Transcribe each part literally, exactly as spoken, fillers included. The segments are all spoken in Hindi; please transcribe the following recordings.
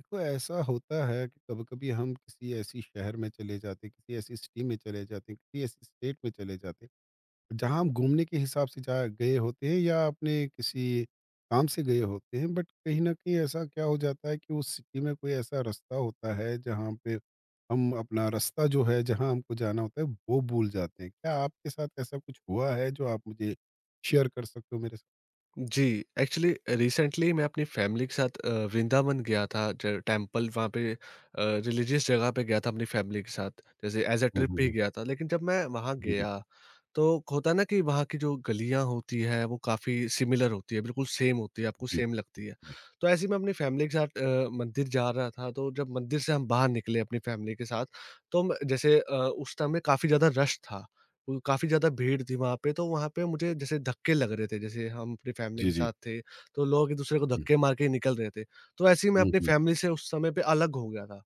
देखो, ऐसा होता है कि कभी कभी हम किसी ऐसी शहर में चले जाते हैं, किसी ऐसी सिटी में चले जाते हैं, किसी ऐसी स्टेट में चले जाते हैं जहाँ हम घूमने के हिसाब से जा गए होते हैं या अपने किसी काम से गए होते हैं। बट कहीं ना कहीं ऐसा क्या हो जाता है कि उस सिटी में कोई ऐसा रास्ता होता है जहाँ पे हम अपना रास्ता जो है, जहाँ हमको जाना होता है, वो भूल जाते हैं। क्या आपके साथ ऐसा कुछ हुआ है जो आप मुझे शेयर कर सकते हो मेरे साथ? जी, एक्चुअली रिसेंटली मैं अपनी फैमिली के साथ अ, वृंदावन गया था, ज टेम्पल वहाँ पे, अ, रिलीजियस जगह पे गया था अपनी फैमिली के साथ, जैसे as a hmm, hmm, trip ही हम्म, गया था। लेकिन जब मैं वहाँ जी जी गया, तो होता है ना कि वहाँ की जो गलियाँ होती हैं, वो काफ़ी सिमिलर होती है, बिल्कुल सेम होती है, आपको जी सेम लगती है। तो ऐसे ही मैं अपनी फैमिली के साथ अ, मंदिर जा रहा था, तो जब मंदिर से हम बाहर निकले अपनी फैमिली के साथ, तो हम जैसे अ, उस टाइम में काफ़ी ज़्यादा रश था। वो काफ़ी ज़्यादा भीड़ थी वहाँ पे, तो वहाँ पे मुझे जैसे धक्के लग रहे थे, जैसे हम अपनी फैमिली जी जी के जी। साथ थे, तो लोग एक-दूसरे को हम्म, धक्के मार के निकल रहे थे। तो ऐसे ही मैं हम्म, अपनी हम्म, फैमिली से उस समय पे अलग हो गया था।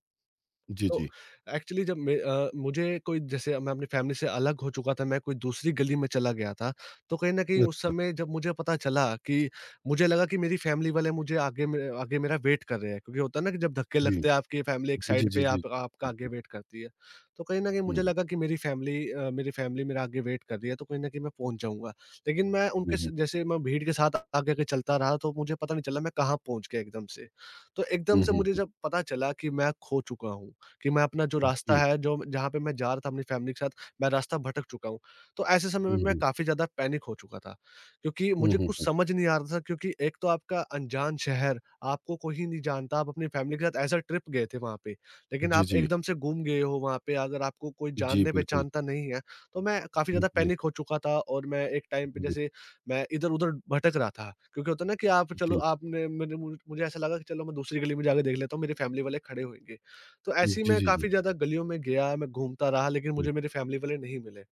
जी तो जी। एक्चुअली जब मैं अ, मुझे कोई जैसे मैं अपनी फैमिली से अलग हो चुका था, मैं कोई दूसरी गली में चला गया था, तो कहीं न कहीं उस अच्छा। समय जब मुझे पता चला कि मुझे लगा कि मेरी फैमिली वाले मुझे आगे मे आगे मेरा वेट कर रहे हैं। क्योंकि होता है ना कि जब धक्के जी। लगते हैं आपकी फैमिली एक जी, जी, साइड जी, पे जी। आप आपका आगे बिल्कुल। वेट करती है। तो कहीं न कहीं हुँ, मुझे लगा कि मेरी फैमिली अ, मेरी फैमिली मेरा आगे वेट कर रही है, तो कहीं न कहीं मैं पहुँच जाऊँगा। लेकिन मैं हुँ, उनके स हुँ, जैसे मैं भीड़ के साथ आगे-आगे चलता रहा, तो मुझे पता नहीं चला मैं कहाँ पहुँच गया एकदम से। तो एकदम हुँ, से हुँ, मुझे हुँ, जब पता चला कि मैं खो चुका हूँ, कि मैं अपना जो हुँ। रास्ता जी। है, जो जहाँ पे मैं जा रहा था अपनी फैमिली के साथ, मैं रास्ता भटक चुका हूँ। तो ऐसे समय में हुँ, मैं हुँ, काफ़ी ज़्यादा पैनिक हो चुका था, क्योंकि हुँ, मुझे हुँ, कुछ हुँ। समझ नहीं आ रहा था, क्योंकि एक तो आपका अनजान शहर, आपको कोई नहीं जानता, आप अपनी फैमिली के साथ एज़ अ ट्रिप गए थे वहाँ पे, लेकिन जी, आप जी। एकदम से गुम गए हो वहाँ पे, अगर आपको कोई जी, बिल्कुल। जानने-पहचानता नहीं है, तो मैं काफ़ी हुँ, ज़्यादा जी, पैनिक हो चुका था और मैं एक टाइम पे जी, जी। जैसे मैं इधर-उधर भटक रहा था। क्योंकि होता है ना कि आप चलो आपने मैंने मुझ मुझे ऐसा लगा कि चलो मैं दूसरी गली में जाके देख लेता हूँ, मेरी फैमिली वाले खड़े होंगे। तो ऐसे ही जी, मैं जी, जी। काफ़ी ज़्यादा गलियों में गया, मैं घूमता रहा, लेकिन हुँ, मुझे मेरे फैमिली वाले नहीं मिले।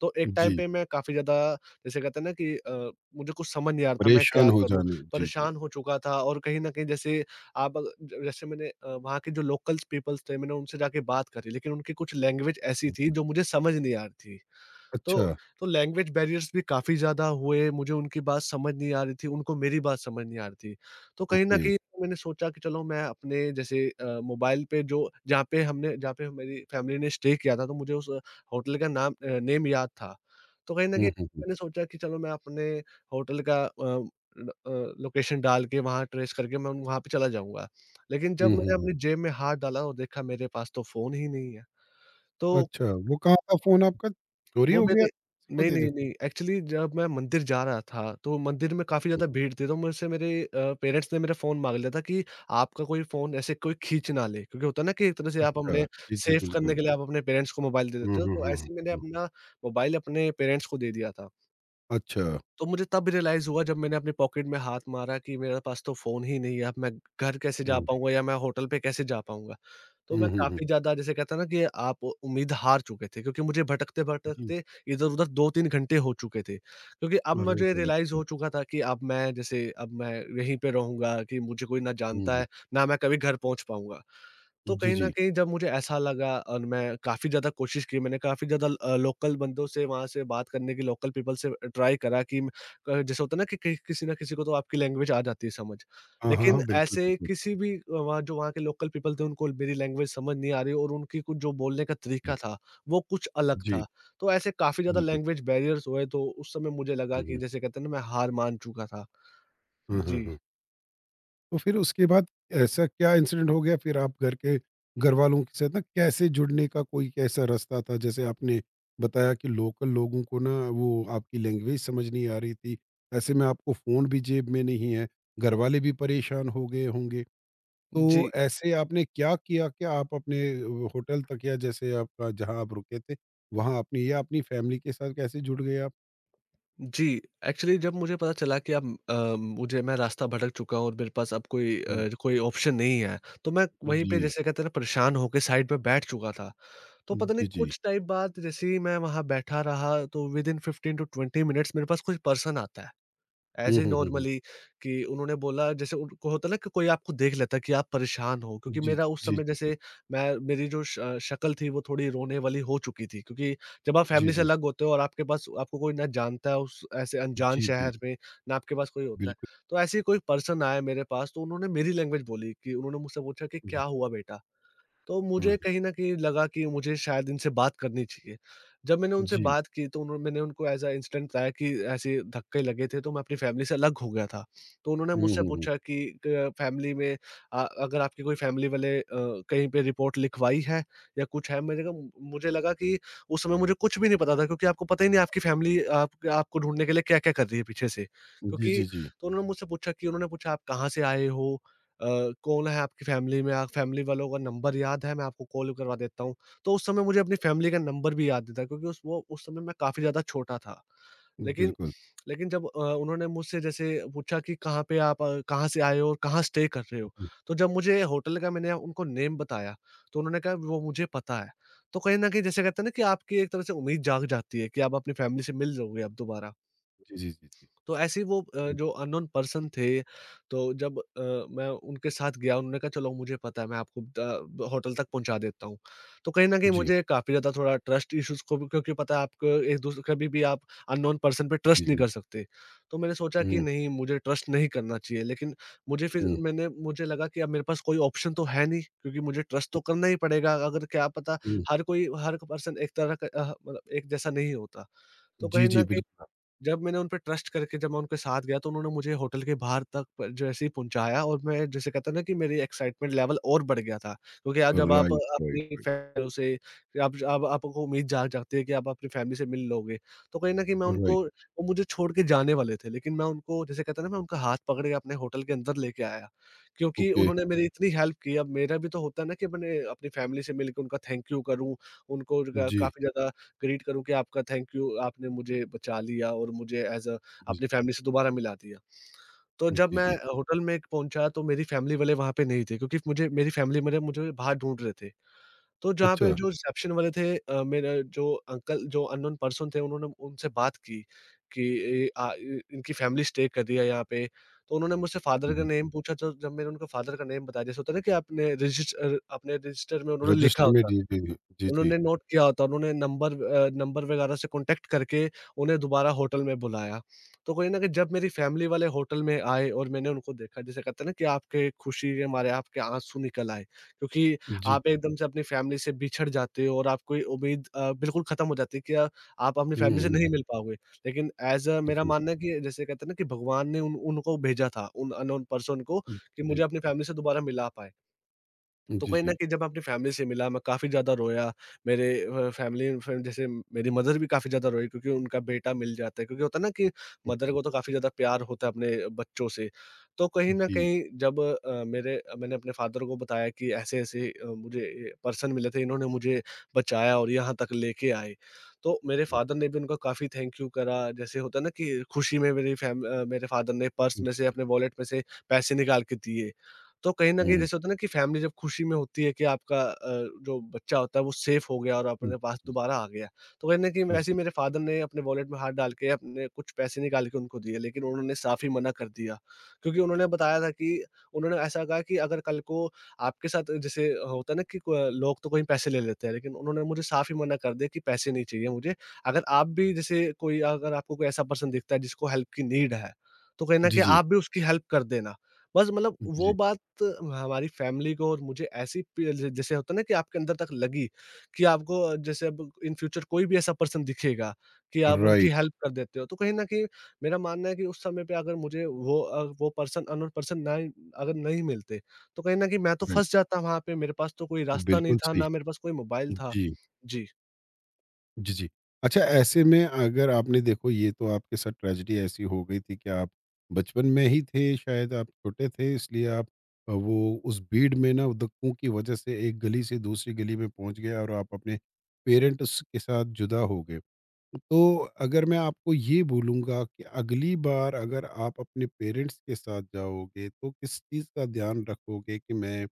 तो एक टाइम जी। पे मैं काफ़ी ज़्यादा जैसे कहते हैं ना कि अ, मुझे कुछ समझ नहीं आ रहा था मैं परेशान क्या हो करूँ? जाना। जी, जी। परेशान हो चुका था और कहीं न कहीं जैसे आप अग ज जैसे मैंने अ, वहाँ के जो लोकल्स पीपल्स थे, मैंने उनसे जाके बात करी, लेकिन उनकी कुछ लैंग्वेज ऐसी थी बिल्कुल। जो मुझे समझ नहीं आ रही थी। तो अच्छा, तो लैंग्वेज बैरियर्स भी काफ़ी ज़्यादा हुए, मुझे उनकी बात समझ नहीं आ रही थी, उनको मेरी बात समझ नहीं आ रही थी। तो कहीं न ओके। कहीं मैंने सोचा कि चलो मैं अपने जैसे अ, मोबाइल पे जो जहाँ पे हमने जहाँ पे मेरी फैमिली ने स्टे किया था, तो मुझे उस होटल का नाम अ, नेम याद था। तो कहीं न हुँ, कहीं हुँ, हुँ। मैंने सोचा कि चलो मैं अपने होटल का अ, ल अ, लोकेशन डाल के वहाँ ट्रेस करके मैं वहाँ पे चला जाऊँगा। लेकिन जब हुँ, हुँ, मैंने हुँ। अपनी जेब में हाथ डाला और देखा, मेरे पास तो फ़ोन ही नहीं है। तो अच्छा, वो कहाँ था फ़ोन आपका? चोरी वो हो गया? मेरे किसी को नहीं, दे दे। नहीं, नहीं, एक्चुअली जब मैं मंदिर जा रहा था, तो मंदिर में काफ़ी हुँ, ज़्यादा भीड़ थी, तो मुझसे मेरे अ, पेरेंट्स ने मेरा फ़ोन माँग लिया था कि आपका कोई फ़ोन ऐसे कोई खींच ना ले, क्योंकि होता है ना कि एक तरह से आप अच्छा। अपने जी, जी, सेव करने बिल्कुल। के लिए आप अपने पेरेंट्स को मोबाइल दे हुँ, देते हो, हुँ, तो हुँ, हुँ, ऐसे ही मैंने हुँ। अपना मोबाइल अपने पेरेंट्स को दे दिया था। अच्छा। तो मुझे तब रियलाइज़ हुआ जब मैंने अपने पॉकेट में हाथ मारा कि मेरे पास तो फ़ोन ही नहीं है, अब मैं घर कैसे जा हुँ, पाऊँगा या मैं होटल पे कैसे जा पाऊँगा? तो हुँ, मैं हुँ, हुँ। काफ़ी ज़्यादा, जैसे कहते हैं ना कि आप उम्मीद हार चुके थे, क्योंकि मुझे जी। भटकते-भटकते इधर-उधर दो तीन घंटे हो चुके थे। क्योंकि अब अरे मुझे बाप रियलाइज़ रे! हो चुका था कि अब मैं जैसे अब मैं यहीं पे रहूँगा, कि मुझे कोई ना हुँ, जानता हुँ। है, ना मैं कभी घर पहुँच पाऊँगा। तो जी, कहीं न जी। कहीं जब मुझे ऐसा लगा और मैं काफ़ी ज़्यादा कोशिश की, मैंने काफ़ी ज़्यादा अ, लोकल बंदों से वहाँ से बात करने की, लोकल पीपल से ट्राई करा कि अ, जैसे होता है ना कि कि किसी ना किसी को तो आपकी लैंग्वेज आ जाती है समझ। हाँ, हाँ, लेकिन हाँ। बिल्कुल, ऐसे बिल्कुल। किसी भी अ, वहाँ जो वहाँ के लोकल पीपल थे, उनको मेरी लैंग्वेज समझ नहीं आ रही, और उनकी कुछ जो बोलने का हुँ, तरीका था, वो कुछ अलग जी। था। तो ऐसे काफ़ी ज़्यादा जी, जी। लैंग्वेज बैरियर्स हुए, तो उस समय मुझे लगा हुँ, कि हुँ। जैसे कहते हैं ना, मैं हार मान चुका था। हुँ, हुँ, जी। हुँ। तो फिर उसके बाद ऐसा क्या इंसिडेंट हो गया फिर आप घर के घरवालों के साथ ना कैसे जुड़ने का कोई कैसा रास्ता था? जैसे आपने बताया कि लोकल लोगों को ना वो आपकी लैंग्वेज समझ नहीं आ रही थी। ऐसे में आपको फ़ोन भी जेब में नहीं है, घरवाले भी परेशान हो गए होंगे। तो जी। ऐसे आपने क्या किया कि आप अपने अ, होटल तक या जैसे आपका जहाँ आप रुके थे, वहाँ अपनी या अपनी फैमिली के साथ कैसे जुड़ गए आप? जी, एक्चुअली जब मुझे पता चला कि अब अ, मुझे मैं रास्ता भटक चुका हूँ और मेरे पास अब कोई हुँ। अ, कोई ऑप्शन नहीं है, तो मैं वहीं पे, जी। जैसे कहते हैं ना, परेशान होके साइड पे बैठ चुका था। तो पता नहीं जी, जी। कुछ टाइम बाद जैसे ही मैं वहाँ बैठा रहा, तो within fifteen to twenty minutes मेरे पास कोई पर्सन आता है। हुँ, ऐसे ही हुँ, हुँ, हुँ। नॉर्मली, कि उन्होंने बोला जैसे, उनको होता है ना कि कोई आपको देख लेता है कि आप परेशान हो, क्योंकि जी, मेरा उस जी, जी, समय जी, जैसे मैं मेरी जो श अ, शक्ल थी, वो थोड़ी रोने वाली हो चुकी थी, क्योंकि जब आप जी, फैमिली से जी, अलग होते हो और आपके पास आपको कोई ना जानता है उस ऐसे अनजान जी, जी, शहर में, ना आपके पास कोई होता है। बिल्कुल, तो ऐसे ही कोई पर्सन आया मेरे पास, तो उन्होंने मेरी लैंग्वेज बोली कि उन्होंने मुझसे पूछा कि जी, क्या हुआ बेटा? तो हाँ, मुझे कहीं न कहीं लगा कि मुझे शायद इनसे बात करनी चाहिए। जब मैंने उनसे जी, बात की, तो उन्हों मैंने उनको एज़ अ इंसिडेंट बताया कि ऐसे धक्के लगे थे, तो मैं अपनी फैमिली से अलग हो गया था। तो उन्होंने हुँ, मुझसे हुँ, पूछा कि क फैमिली में अ, अगर आपके कोई फैमिली वाले अ, कहीं पे रिपोर्ट लिखवाई है या कुछ है? मैंने कहा, मुझे लगा कि उस समय मुझे कुछ भी नहीं पता था, क्योंकि आपको पता ही नहीं आपकी फैमिली आप आपको ढूँढने के लिए क्या-क्या कर रही है पीछे से। हुँ, जी, क्योंकि जी, जी, तो उन्होंने मुझसे पूछा कि, उन्होंने पूछा, आप कहाँ से आए हो? अ, कौन है आपकी फैमिली में? आप फैमिली वालों का नंबर याद है? मैं आपको कॉल करवा देता हूँ। तो उस समय मुझे अपनी फैमिली का नंबर भी याद नहीं था, क्योंकि उस वो उस समय मैं काफ़ी ज़्यादा छोटा था। लेकिन बिल्कुल, लेकिन जब अ, उन्होंने मुझसे जैसे पूछा कि कहाँ पे आप अ, कहाँ से आए हो और कहाँ स्टे कर रहे हो? जी, तो जब मुझे होटल का मैंने उनको नेम बताया, तो उन्होंने कहा वो मुझे पता है। तो कहीं न कहीं, जैसे कहते हैं ना, कि आपकी एक तरह से उम्मीद जाग जाती है कि आप अपनी फैमिली से मिल लोगे अब दोबारा। जी, जी, जी, जी, तो ऐसे ही वो अ, जो अननोन पर्सन थे, तो जब अ, मैं उनके साथ गया, उन्होंने कहा, चलो, मुझे पता है, मैं आपको द होटल तक पहुँचा देता हूँ। तो कहीं न कहीं जी, मुझे काफ़ी ज़्यादा थोड़ा ट्रस्ट इश्यूज़ को भी, क्योंकि पता है आपको, एक-दूसरे कभी भी आप अननोन पर्सन पे जी, ट्रस्ट नहीं जी, कर सकते। तो मैंने सोचा कि हुँ, नहीं, मुझे ट्रस्ट नहीं करना चाहिए, लेकिन मुझे फिर हुँ, मैंने मुझे लगा कि अब मेरे पास कोई ऑप्शन तो है नहीं, क्योंकि मुझे ट्रस्ट तो करना ही पड़ेगा, अगर क्या पता, हुँ, हर कोई हर पर्सन एक तरह का अ, मतलब एक जैसा नहीं होता। तो जी, कहीं जी, न कहीं बिल्कुल, जब मैंने उन पे ट्रस्ट करके जब मैं उनके साथ गया, तो उन्होंने मुझे होटल के बाहर तक प जैसे ही पहुँचाया, और मैं, जैसे कहते हैं ना, कि मेरी एक्साइटमेंट लेवल और बढ़ गया था। क्योंकि आप, जब आप राइट, राइट, अपनी राइट, फैमिली से आप आप आपको उम्मीद जाग जागती है कि आप अपनी फैमिली से मिल लोगे। तो कहीं न कहीं मैं राइट, उनको, वो मुझे छोड़ के जाने वाले थे, लेकिन मैं उनको, जैसे कहते हैं ना, मैं उनका हाथ पकड़ के अपने होटल के अंदर लेके आया। क्योंकि ओके, उन्होंने मेरी इतनी हेल्प की, अब मेरा भी तो होता है ना कि मैंने अपनी फैमिली से मिलके उनका थैंक यू करूँ, उनको ग जी, काफ़ी ज़्यादा ग्रीट करूँ कि आपका थैंक यू, आपने मुझे बचा लिया और मुझे एज़ अ जी, अपनी फैमिली से दोबारा मिला दिया। तो जब जी, मैं, जी, जी। होटल में पहुँचा, तो मेरी फैमिली वाले वहाँ पे नहीं थे, क्योंकि मुझे मेरी फैमिली मेरे मुझे बाहर ढूँढ रहे थे। तो जहाँ पे अच्छा, जो हुँ। रिसेप्शन वाले थे, अ, मेरे जो अंकल, जो अननोन पर्सन थे, उन्होंने उनसे बात की कि ए आ इ इनकी फैमिली स्टे कर रही है यहाँ पे। तो उन्होंने मुझसे हुँ, फादर का हुँ, नेम पूछा, तो जब मैंने उनको फादर का नेम बताया, जैसे होता है ना कि आपने रजिस्ट अ, अपने रजिस्टर में उन्होंने लिखा रजिस्टर में होता। है, जी, जी, जी, जी, उन्होंने नोट किया होता, उन्होंने नंबर अ, नंबर वगैरह से कॉन्टैक्ट करके उन्हें दोबारा होटल में बुलाया। तो कहीं न कहीं जब मेरी फैमिली वाले होटल में आए और मैंने उनको देखा, जैसे कहते हैं ना कि आपके खुशी के मारे आपके आँसू निकल आए, क्योंकि जी, आप एकदम से अपनी फैमिली से बिछड़ जाते हो और आपकी उम्मीद अ, बिल्कुल खत्म हो जाती है कि अ, आप अपनी हुँ, फैमिली से हुँ, नहीं हुँ, मिल पाओगे। लेकिन एज़ अ मेरा जी, मानना है कि जैसे कहते हैं ना कि भगवान ने उन उनको भेजा था, उन अननोन पर्सन को, कि जी, मुझे अपनी फैमिली से दोबारा मिला पाए। जी, तो जी, कहीं न जी, कहीं जब मैं अपनी फैमिली से मिला, मैं काफ़ी ज़्यादा रोया। मेरे अ, फैमिली फ्रेंड जैसे मेरी मदर भी काफ़ी ज़्यादा रोई, क्योंकि उनका बेटा मिल जाता है, क्योंकि होता है ना कि हुँ, मदर को तो काफ़ी ज़्यादा प्यार होता है अपने बच्चों से। तो कहीं न जी, कहीं जब अ, मेरे मैंने अपने फादर को बताया कि ऐसे-ऐसे अ, मुझे ये पर्सन मिले थे, इन्होंने मुझे बचाया और यहाँ तक लेके आए। तो मेरे फादर ने भी उनका काफ़ी थैंक यू करा। जैसे होता है ना कि खुशी में मेरी फैम अ, मेरे फादर ने पर्स में से, अपने वॉलेट में से पैसे निकाल के दिए। तो कहीं न कहीं हुँ, जैसे होता है ना कि फैमिली जब खुशी में होती है कि आपका अ, जो बच्चा होता है वो सेफ हो गया और जी, अपने पास जी, दोबारा आ गया। तो कहीं न कहीं वैसे ही मेरे फादर ने अपने वॉलेट में हाथ डाल के अपने कुछ पैसे निकाल के उनको दिए, लेकिन उन्होंने साफ़ ही मना कर दिया। क्योंकि उन्होंने बताया था कि उन्होंने ऐसा कहा कि अगर कल को आपके साथ जैसे होता है ना कि क लोग तो कहीं पैसे ले लेते हैं, लेकिन उन्होंने मुझे साफ़ ही मना कर दिया कि पैसे नहीं चाहिए मुझे। अगर आप भी जैसे कोई, अगर आपको कोई ऐसा पर्सन दिखता है जिसको हेल्प की नीड है, तो कहीं न जी, कहीं जी, जी, आप भी उसकी हेल्प कर देना। बस मतलब वो जी, बात हमारी फैमिली को और मुझे ऐसी पि ज जैसे होता है ना कि आपके अंदर तक लगी कि आपको जैसे अब इन फ्यूचर कोई भी ऐसा पर्सन दिखेगा कि आप उनकी राइट, हेल्प कर देते हो। तो कहीं न कहीं मेरा मानना है कि उस समय पे अगर मुझे वो अ, वो पर्सन, अननोन पर्सन ना अगर नहीं मिलते, तो कहीं न कहीं मैं तो राइट। फँस जाता वहाँ पे। मेरे पास तो कोई रास्ता नहीं बिल्कुल था, सही। ना मेरे पास कोई मोबाइल था। जी, जी। जी, जी। अच्छा, ऐसे में अगर आपने देखो ये तो आपके साथ ट्रेजेडी ऐसी हो गई थी कि आप बचपन में ही थे, शायद आप छोटे थे इसलिए आप अ, वो उस भीड़ में ना धक्कों की वजह से एक गली से दूसरी गली में पहुँच गए और आप अपने पेरेंट्स के साथ जुदा हो गए। तो अगर मैं आपको ये बोलूँगा कि अगली बार अगर आप अपने पेरेंट्स के साथ जाओगे, तो किस चीज़ का ध्यान रखोगे कि मैं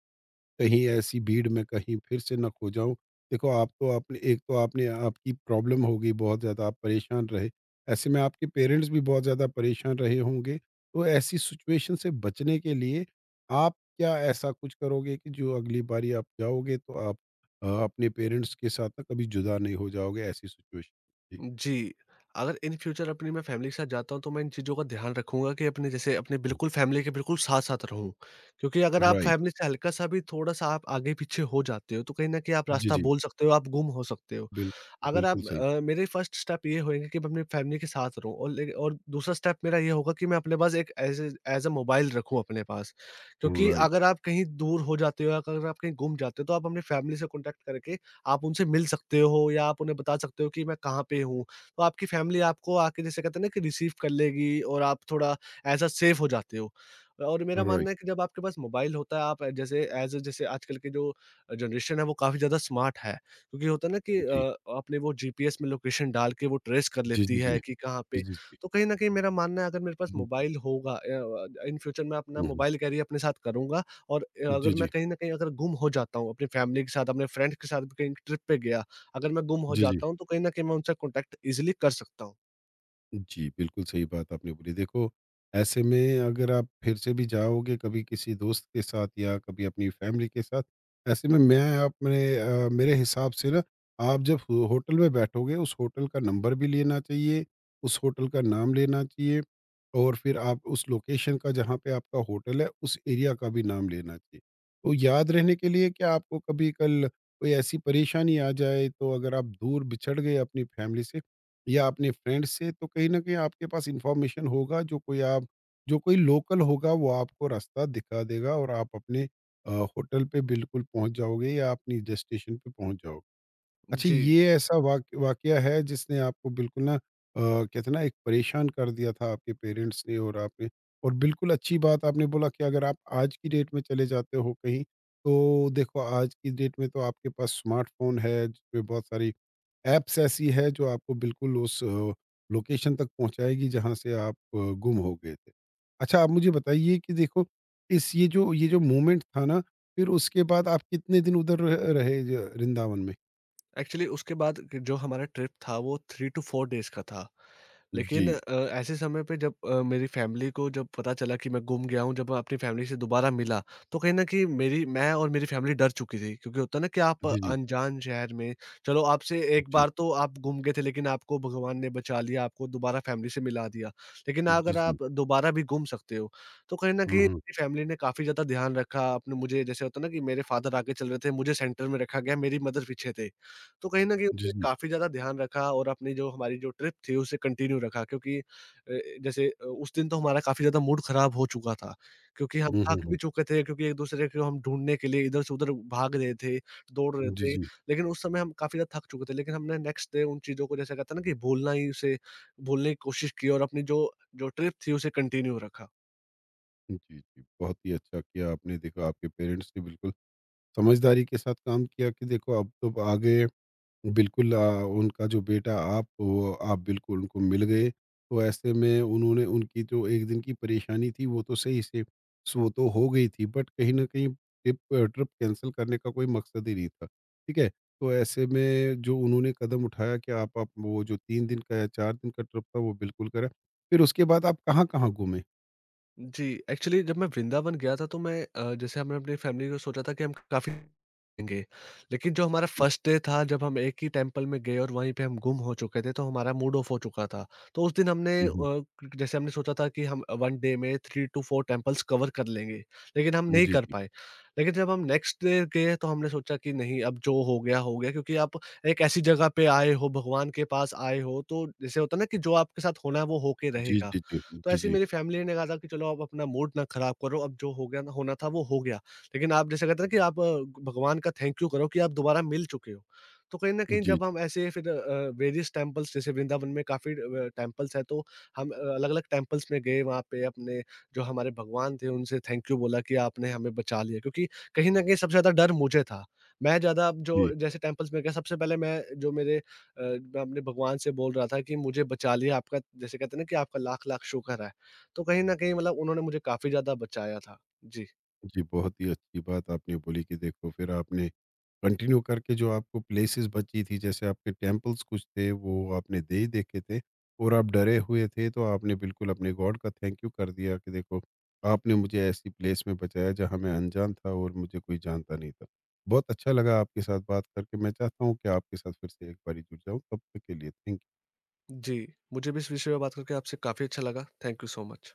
कहीं ऐसी भीड़ में कहीं फिर से ना खो जाऊँ। देखो, आप तो आपने एक तो आपने आपकी प्रॉब्लम हो गई बहुत ज़्यादा, आप परेशान रहे। ऐसे में आपके पेरेंट्स भी बहुत ज़्यादा परेशान रहे होंगे। तो ऐसी सिचुएशन से बचने के लिए आप क्या ऐसा कुछ करोगे कि जो अगली बारी आप जाओगे तो आप अ, अपने पेरेंट्स के साथ ना कभी जुदा नहीं हो जाओगे ऐसी सिचुएशन? जी। जी, अगर इन फ्यूचर अपनी मैं फैमिली के साथ जाता हूँ, तो मैं इन चीज़ों का ध्यान रखूँगा कि अपने जैसे अपने बिल्कुल फैमिली के बिल्कुल साथ-साथ रहूँ। क्योंकि अगर आप राइट। फैमिली से हल्का-सा भी, थोड़ा-सा आप आगे-पीछे हो जाते हो, तो कहीं न कहीं आप जी, रास्ता जी। बोल सकते हो, आप गुम हो सकते हो। बिल अगर बिल्कुल आप सही। अ, मेरे फर्स्ट स्टेप ये होएँगे कि मैं अपनी फैमिली के साथ रहूँ, और ले और दूसरा स्टेप मेरा ये होगा कि मैं अपने पास एक as a as a mobile रखूँ अपने पास। क्योंकि राइट, अगर आप कहीं दूर हो जाते हो या अगर आप कहीं गुम जाते हो, तो आप अपनी फैमिली से कॉन्टैक्ट करके आप उनसे मिल सकते हो, या आप उन्हें बता सकते हो कि मैं कहाँ पे हूँ। तो आपकी फैमिली आपको आके, जैसे कहते हैं ना कि रिसीव कर लेगी और आप थोड़ा एज़ अ सेफ हो जाते हो। और मेरा राइट। मानना है कि जब आपके पास मोबाइल होता है, आप जैसे एज़ अ जैसे आजकल के जो जनरेशन है वो काफ़ी ज़्यादा स्मार्ट है। क्योंकि होता है ना कि अ, जी। आपने वो जीपीएस में लोकेशन डाल के वो ट्रेस कर जी, लेती जी, जी। है कि कहाँ जी, पे। जी, जी। तो कहीं न कहीं मेरा मानना है, अगर मेरे पास मोबाइल होगा, अ, इन फ्यूचर मैं अपना हुँ, हुँ। मोबाइल कैरी अपने साथ करूँगा, और अ, जी, अगर मैं जी। कहीं न कहीं अगर गुम हो जाता हूँ अपनी फैमिली के साथ, अपने फ्रेंड्स के साथ भी कहीं ट्रिप पे गया, अगर मैं गुम हो जी, जी। जाता हूँ, तो कहीं न कहीं मैं उनसे कॉन्टैक्ट ईज़िली कर सकता हूँ। जी, बिल्कुल सही बात आपने बोली। देखो, ऐसे में अगर आप फिर से भी जाओगे कभी किसी दोस्त के साथ या कभी अपनी फैमिली के साथ, ऐसे में मैं अपने अ, मेरे हिसाब से ना आप जब हो होटल में बैठोगे उस होटल का नंबर भी लेना चाहिए, उस होटल का नाम लेना चाहिए और फिर आप उस लोकेशन का जहाँ पे आपका होटल है, उस एरिया का भी नाम लेना चाहिए। तो याद रहने के लिए क्या आपको कभी कल कोई ऐसी परेशानी आ जाए, तो अगर आप दूर बिछड़ गए अपनी फैमिली से या अपने फ्रेंड से तो कहीं न कहीं आपके पास इन्फॉर्मेशन होगा, जो कोई आप जो कोई लोकल होगा वो आपको रास्ता दिखा देगा और आप अपने अ, होटल पे बिल्कुल पहुँच जाओगे या अपनी डेस्टिनेशन पे पहुँच जाओगे। अच्छा, जी, ये ऐसा वाक वाक़या है जिसने आपको बिल्कुल ना अ, कहते हैं ना एक परेशान कर दिया था आपके पेरेंट्स ने और आपने और बिल्कुल अच्छी बात आपने बोला कि अगर आप आज की डेट में चले जाते हो कहीं, तो देखो आज की डेट में तो आपके पास स्मार्टफ़ोन है जिसमें बहुत सारी ऐप्स ऐसी है जो आपको बिल्कुल उस अ, लोकेशन तक पहुँचाएगी जहाँ से आप अ, गुम हो गए थे। अच्छा, आप मुझे बताइए कि देखो इस ये जो ये जो मोमेंट था ना, फिर उसके बाद आप कितने दिन उधर रह रहे ज वृंदावन में? एक्चुअली उसके बाद कि जो हमारा ट्रिप था वो थ्री टू फ़ोर डेज़ का था। जी। लेकिन अ, ऐसे समय पे जब अ, मेरी फैमिली को जब पता चला कि मैं गुम गया हूँ, जब मैं अपनी फैमिली से दोबारा मिला, तो कहीं न कहीं मेरी मैं और मेरी फैमिली डर चुकी थी। क्योंकि होता है ना कि आप जी, जी। अनजान शहर में, चलो आपसे एक जी। बार तो आप गुम गए थे, लेकिन आपको भगवान ने बचा लिया, आपको दोबारा फैमिली से मिला दिया। लेकिन जी, अगर जी। आप दोबारा भी गुम सकते हो, तो कहीं न कहीं हुँ, हुँ। मेरी फैमिली ने काफ़ी ज़्यादा ध्यान रखा। आपने मुझे जैसे होता है ना कि मेरे फादर आगे चल रहे थे, मुझे सेंटर में रखा गया, मेरी मदर पीछे थे। तो कहीं न कहीं जी, उसने जी। काफ़ी ज़्यादा ध्यान रखा और अपनी जो हमारी जो ट्रिप थी उसे कंटिन्यू रखा, क्योंकि अ, जैसे अ, उस दिन तो हमारा काफ़ी ज़्यादा मूड ख़राब हो चुका था, क्योंकि हम हुँ, हुँ, थक हुँ। भी चुके थे, क्योंकि एक-दूसरे को हम ढूँढने के लिए इधर से उधर भाग रहे थे, दौड़ रहे जी, थे। जी। लेकिन उस समय हम काफ़ी ज़्यादा थक चुके थे, लेकिन हमने नेक्स्ट डे उन चीज़ों को, जैसे कहते हैं ना कि भूलना ही, उसे भूलने की कोशिश की और अपनी जो जो ट्रिप थी उसे कंटिन्यू रखा। जी, जी। बहुत ही अच्छा किया आपने, देखो आपके पेरेंट्स ने बिल्कुल समझदारी के साथ काम किया कि देखो अब तो आ गए बिल्कुल अ, उनका जो बेटा आप वो आप बिल्कुल उनको मिल गए। तो ऐसे में उन्होंने उनकी जो एक दिन की परेशानी थी वो तो सही से वो तो हो गई थी बट कहीं न कहीं ट्रिप ट्रिप कैंसल करने का कोई मकसद ही नहीं था। ठीक है? तो ऐसे में जो उन्होंने कदम उठाया कि आप आप वो जो तीन दिन का या चार दिन का ट्रिप था वो बिल्कुल करा। फिर उसके बाद आप कहाँ-कहाँ घूमे? जी, एक्चुअली जब मैं वृंदावन गया था, तो मैं अ, जैसे हमने अपनी फैमिली को सोचा था कि हम काफ़ी घूमेंगे। लेकिन जो हमारा फर्स्ट डे था, जब हम एक ही टेम्पल में गए और वहीं पे हम गुम हो चुके थे, तो हमारा मूड ऑफ हो चुका था। तो उस दिन हमने हुँ, हुँ। अ, जैसे हमने सोचा था कि हम वन डे में three two four temples cover कर लेंगे, लेकिन हम नहीं जी, कर जी। पाए। लेकिन जब हम नेक्स्ट डे गए, तो हमने सोचा कि नहीं, अब जो हो गया, हो गया, क्योंकि आप एक ऐसी जगह पे आए हो, भगवान के पास आए हो, तो जैसे होता है ना कि जो आपके साथ होना है वो होके जी, रहेगा। जी, जी। तो जी, ऐसे ही जी। मेरी फैमिली ने कहा था कि चलो आप अपना मूड ना खराब करो, अब जो हो गया, ना होना था वो हो गया। लेकिन आप जैसे कहते हैं ना कि आप अ, भगवान का थैंक यू करो कि आप दोबारा मिल चुके हो। तो कहीं न कहीं जी, जब जी। हम ऐसे फिर अ, वेरियस टेम्पल्स, जैसे वृंदावन में काफ़ी अ, टेम्पल्स हैं, तो हम अ, अलग-अलग टेम्पल्स में गए, वहाँ पे अपने जो हमारे भगवान थे उनसे थैंक यू बोला कि आपने हमें बचा लिया। क्योंकि कहीं न कहीं सबसे ज़्यादा डर मुझे था। मैं ज़्यादा अब जो जी। जैसे टेम्पल्स में गया सबसे पहले, मैं जो मेरे अ, मैं अपने भगवान से बोल रहा था कि मुझे बचा लिया, आपका जैसे कहते हैं ना कि आपका लाख-लाख शुक्र है। तो कहीं न कहीं मतलब उन्होंने मुझे काफ़ी ज़्यादा बचाया था। जी। जी, बहुत ही अच्छी बात आपने बोली कि देखो फिर आपने कंटिन्यू करके जो आपको प्लेसेस बची थी जैसे आपके टेम्पल्स कुछ थे वो आपने दे ही देखे थे और आप डरे हुए थे तो आपने बिल्कुल अपने गॉड का थैंक यू कर दिया कि देखो आपने मुझे ऐसी प्लेस में बचाया जहाँ मैं अनजान था और मुझे कोई जानता नहीं था। बहुत अच्छा लगा आपके साथ बात करके। मैं चाहता हूँ कि आपके साथ फिर से एक बारी जुड़ जाऊँ। तब तक के लिए थैंक जी, मुझे भी इस विषय में बात करके आपसे काफ़ी अच्छा लगा। Thank you so much.